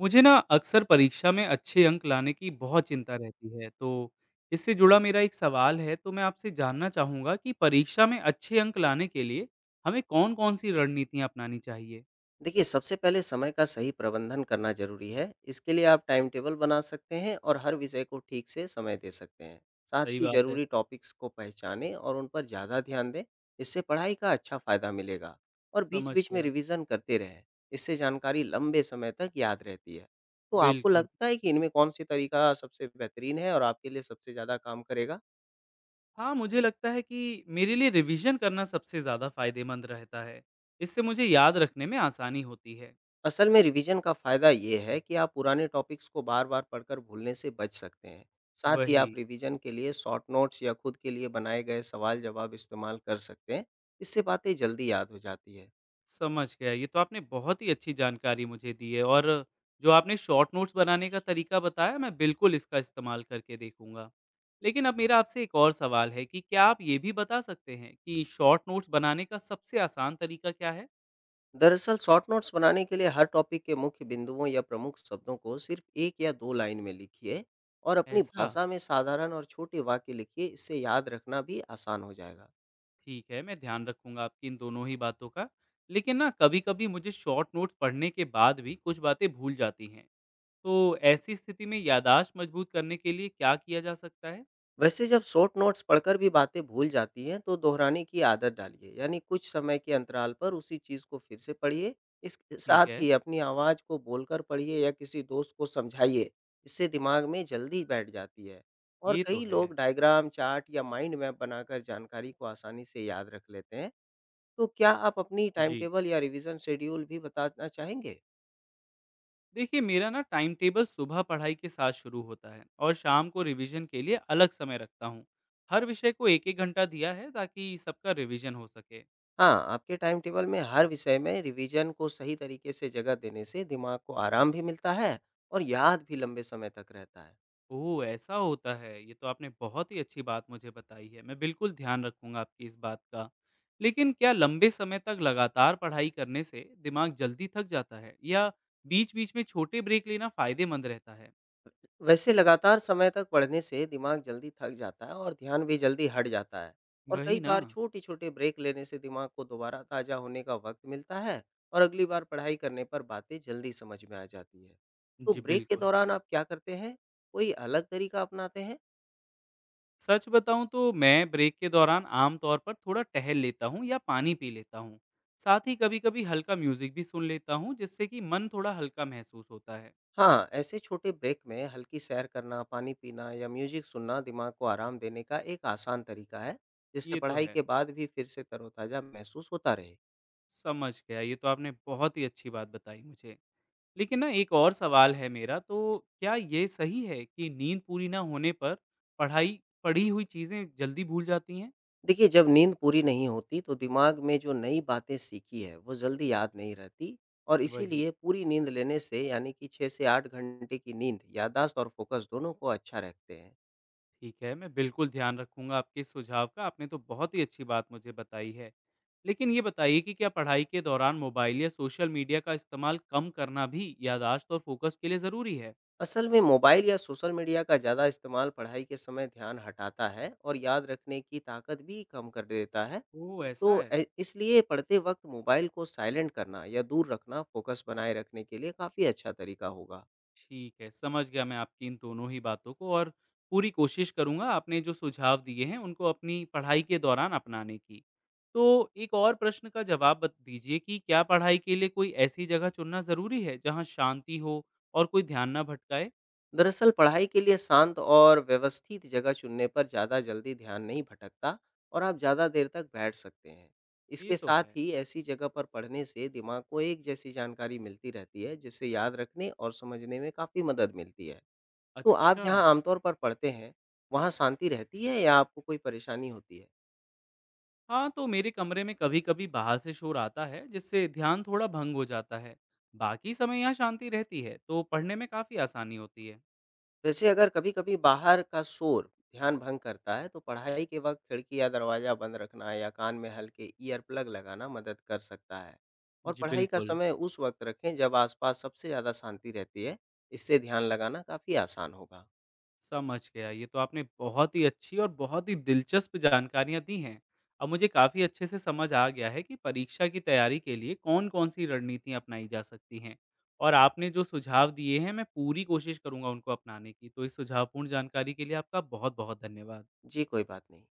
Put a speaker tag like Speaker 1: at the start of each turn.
Speaker 1: मुझे ना अक्सर परीक्षा में अच्छे अंक लाने की बहुत चिंता रहती है, तो इससे जुड़ा मेरा एक सवाल है। तो मैं आपसे जानना चाहूँगा कि परीक्षा में अच्छे अंक लाने के लिए हमें कौन-कौन सी रणनीतियाँ अपनानी चाहिए?
Speaker 2: देखिए, सबसे पहले समय का सही प्रबंधन करना ज़रूरी है। इसके लिए आप टाइम टेबल बना सकते हैं और हर विषय को ठीक से समय दे सकते हैं। साथ
Speaker 1: सही
Speaker 2: ही
Speaker 1: बात है।
Speaker 2: ज़रूरी टॉपिक्स को पहचानें और उन पर ज़्यादा ध्यान दें। इससे पढ़ाई का अच्छा फ़ायदा मिलेगा और
Speaker 1: समझ
Speaker 2: बीच-बीच में
Speaker 1: गया।
Speaker 2: रिवीज़न करते रहें। इससे जानकारी लंबे समय तक याद रहती है। तो आपको
Speaker 1: बिल्कुल।
Speaker 2: लगता है कि इनमें कौन-सी तरीका सबसे बेहतरीन है और आपके लिए सबसे ज़्यादा काम करेगा?
Speaker 1: हाँ, मुझे लगता है कि मेरे लिए रिवीजन करना सबसे ज़्यादा फ़ायदेमंद रहता है। इससे मुझे याद रखने में आसानी होती है।
Speaker 2: असल में रिवीजन का फायदा ये है कि आप पुराने टॉपिक्स को बार-बार पढ़कर भूलने से बच सकते हैं। साथ ही
Speaker 1: वही।
Speaker 2: आप रिवीजन के लिए शॉर्ट नोट्स या खुद के लिए बनाए गए सवाल-जवाब इस्तेमाल कर सकते हैं। इससे बातें जल्दी याद हो जाती है।
Speaker 1: समझ गया। ये तो आपने बहुत ही अच्छी जानकारी मुझे दी है। और जो आपने शॉर्ट नोट्स बनाने का तरीका बताया, मैं बिल्कुल इसका इस्तेमाल करके देखूँगा। लेकिन अब मेरा आपसे एक और सवाल है कि क्या आप ये भी बता सकते हैं कि शॉर्ट नोट्स बनाने का सबसे आसान तरीका क्या है?
Speaker 2: दरअसल शॉर्ट नोट्स बनाने के लिए हर टॉपिक के मुख्य बिंदुओं या प्रमुख शब्दों को सिर्फ 1 या 2 लाइन में लिखिए और अपनी
Speaker 1: ऐसा?
Speaker 2: भाषा में साधारण और छोटे वाक्य लिखिए। इससे याद रखना भी आसान हो जाएगा।
Speaker 1: ठीक है, मैं ध्यान रखूँगा आपकी इन दोनों ही बातों का। लेकिन ना कभी-कभी मुझे शॉर्ट नोट्स पढ़ने के बाद भी कुछ बातें भूल जाती हैं। तो ऐसी स्थिति में याददाश्त मजबूत करने के लिए क्या किया जा सकता है?
Speaker 2: वैसे जब शॉर्ट नोट्स पढ़कर भी बातें भूल जाती हैं, तो दोहराने की आदत डालिए, यानी कुछ समय के अंतराल पर उसी चीज़ को फिर से पढ़िए। इसके
Speaker 1: ठीक
Speaker 2: साथ
Speaker 1: है।
Speaker 2: ही अपनी आवाज़ को बोलकर पढ़िए या किसी दोस्त को समझाइए। इससे दिमाग में जल्दी बैठ जाती है। और
Speaker 1: ये तो
Speaker 2: कई
Speaker 1: है।
Speaker 2: लोग डायग्राम, चार्ट या माइंड मैप बनाकर जानकारी को आसानी से याद रख लेते हैं। तो क्या आप अपनी टाइम
Speaker 1: जी।
Speaker 2: टेबल या रिवीजन शेड्यूल भी बताना चाहेंगे?
Speaker 1: देखिए, मेरा ना टाइम टेबल सुबह पढ़ाई के साथ शुरू होता है और शाम को रिवीजन के लिए अलग समय रखता हूँ। हर विषय को 1-1 घंटा दिया है ताकि सबका रिवीजन हो सके।
Speaker 2: हाँ, आपके टाइम टेबल में हर विषय में रिवीजन को सही तरीके से जगह देने से दिमाग को आराम भी मिलता है और याद भी लंबे समय तक रहता है।
Speaker 1: ओह, ऐसा होता है। ये तो आपने बहुत ही अच्छी बात मुझे बताई है। मैं बिल्कुल ध्यान रखूंगा आपकी इस बात का। लेकिन क्या लंबे समय तक लगातार पढ़ाई करने से दिमाग जल्दी थक जाता है, या बीच बीच में छोटे ब्रेक लेना फायदेमंद रहता है?
Speaker 2: वैसे लगातार समय तक पढ़ने से दिमाग जल्दी थक जाता है और ध्यान भी जल्दी हट जाता है। और
Speaker 1: वही
Speaker 2: कई
Speaker 1: ना।
Speaker 2: बार छोटे-छोटे ब्रेक लेने से दिमाग को दोबारा ताज़ा होने का वक्त मिलता है और अगली बार पढ़ाई करने पर बातें जल्दी समझ में आ जाती है। तो
Speaker 1: जी
Speaker 2: ब्रेक के
Speaker 1: बिल्कुल।
Speaker 2: दौरान आप क्या करते हैं? कोई अलग तरीका अपनाते हैं?
Speaker 1: सच बताऊं तो मैं ब्रेक के दौरान आमतौर पर थोड़ा टहल लेता हूँ या पानी पी लेता हूँ। साथ ही कभी कभी हल्का म्यूजिक भी सुन लेता हूँ, जिससे कि मन थोड़ा हल्का महसूस होता है।
Speaker 2: हाँ, ऐसे छोटे ब्रेक में हल्की सैर करना, पानी पीना या म्यूज़िक सुनना दिमाग को आराम देने का एक आसान तरीका है, जिससे
Speaker 1: ये तो
Speaker 2: पढ़ाई
Speaker 1: है।
Speaker 2: के बाद भी फिर से तरोताज़ा महसूस होता रहे।
Speaker 1: समझ गया। ये तो आपने बहुत ही अच्छी बात बताई मुझे। लेकिन ना एक और सवाल है मेरा, तो क्या ये सही है कि नींद पूरी ना होने पर पढ़ाई पढ़ी हुई चीज़ें जल्दी भूल जाती हैं?
Speaker 2: देखिए, जब नींद पूरी नहीं होती, तो दिमाग में जो नई बातें सीखी है, वो जल्दी याद नहीं रहती। और
Speaker 1: वही।
Speaker 2: इसीलिए पूरी नींद लेने से, यानी कि 6 से 8 घंटे की नींद, याददाश्त और फोकस दोनों को अच्छा रखते हैं।
Speaker 1: ठीक है, मैं बिल्कुल ध्यान रखूँगा आपके इस सुझाव का। आपने तो बहुत ही अच्छी बात मुझे बताई है। लेकिन ये बताइए कि क्या पढ़ाई के दौरान मोबाइल या सोशल मीडिया का इस्तेमाल कम करना भी याददाश्त और फोकस के लिए ज़रूरी है?
Speaker 2: असल में मोबाइल या सोशल मीडिया का ज़्यादा इस्तेमाल पढ़ाई के समय ध्यान हटाता है और याद रखने की ताकत भी कम कर देता है।
Speaker 1: ओह! ऐसा है।
Speaker 2: इसलिए पढ़ते वक़्त मोबाइल को साइलेंट करना या दूर रखना फ़ोकस बनाए रखने के लिए काफ़ी अच्छा तरीका होगा।
Speaker 1: ठीक है, समझ गया मैं आपकी इन दोनों ही बातों को। और पूरी कोशिश करूँगा आपने जो सुझाव दिए हैं, उनको अपनी पढ़ाई के दौरान अपनाने की। तो एक और प्रश्न का जवाब बत दीजिए कि क्या पढ़ाई के लिए कोई ऐसी जगह चुनना ज़रूरी है, जहाँ शांति हो और कोई ध्यान ना भटकाए?
Speaker 2: दरअसल पढ़ाई के लिए शांत और व्यवस्थित जगह चुनने पर ज़्यादा जल्दी ध्यान नहीं भटकता और आप ज़्यादा देर तक बैठ सकते हैं।
Speaker 1: ये
Speaker 2: इसके
Speaker 1: तो
Speaker 2: साथ
Speaker 1: है।
Speaker 2: ही ऐसी जगह पर पढ़ने से दिमाग को एक जैसी जानकारी मिलती रहती है, जिससे याद रखने और समझने में काफ़ी मदद मिलती है। तो आप
Speaker 1: अच्छा।
Speaker 2: जहाँ आमतौर पर पढ़ते हैं, वहाँ शांति रहती है या आपको कोई परेशानी होती है?
Speaker 1: हाँ, तो मेरे कमरे में कभी-कभी बाहर से शोर आता है, जिससे ध्यान थोड़ा भंग हो जाता है। बाकी समय यहाँ शांति रहती है, तो पढ़ने में काफ़ी आसानी होती है।
Speaker 2: वैसे अगर कभी-कभी बाहर का शोर ध्यान भंग करता है, तो पढ़ाई के वक़्त खिड़की या दरवाज़ा बंद रखना या कान में हल्के ईयर प्लग लगाना मदद कर सकता है। और
Speaker 1: जी,
Speaker 2: पढ़ाई का
Speaker 1: बिल्कुल।
Speaker 2: समय उस वक़्त रखें जब आसपास सबसे ज़्यादा शांति रहती है, इससे ध्यान लगाना काफ़ी आसान होगा।
Speaker 1: समझ गया। ये तो आपने बहुत ही अच्छी और बहुत ही दिलचस्प जानकारियाँ दी हैं। अब मुझे काफ़ी अच्छे से समझ आ गया है कि परीक्षा की तैयारी के लिए कौन-कौन सी रणनीतियाँ अपनाई जा सकती हैं। और आपने जो सुझाव दिए हैं, मैं पूरी कोशिश करूँगा उनको अपनाने की। तो इस सुझावपूर्ण जानकारी के लिए आपका बहुत-बहुत धन्यवाद।
Speaker 2: जी, कोई बात नहीं।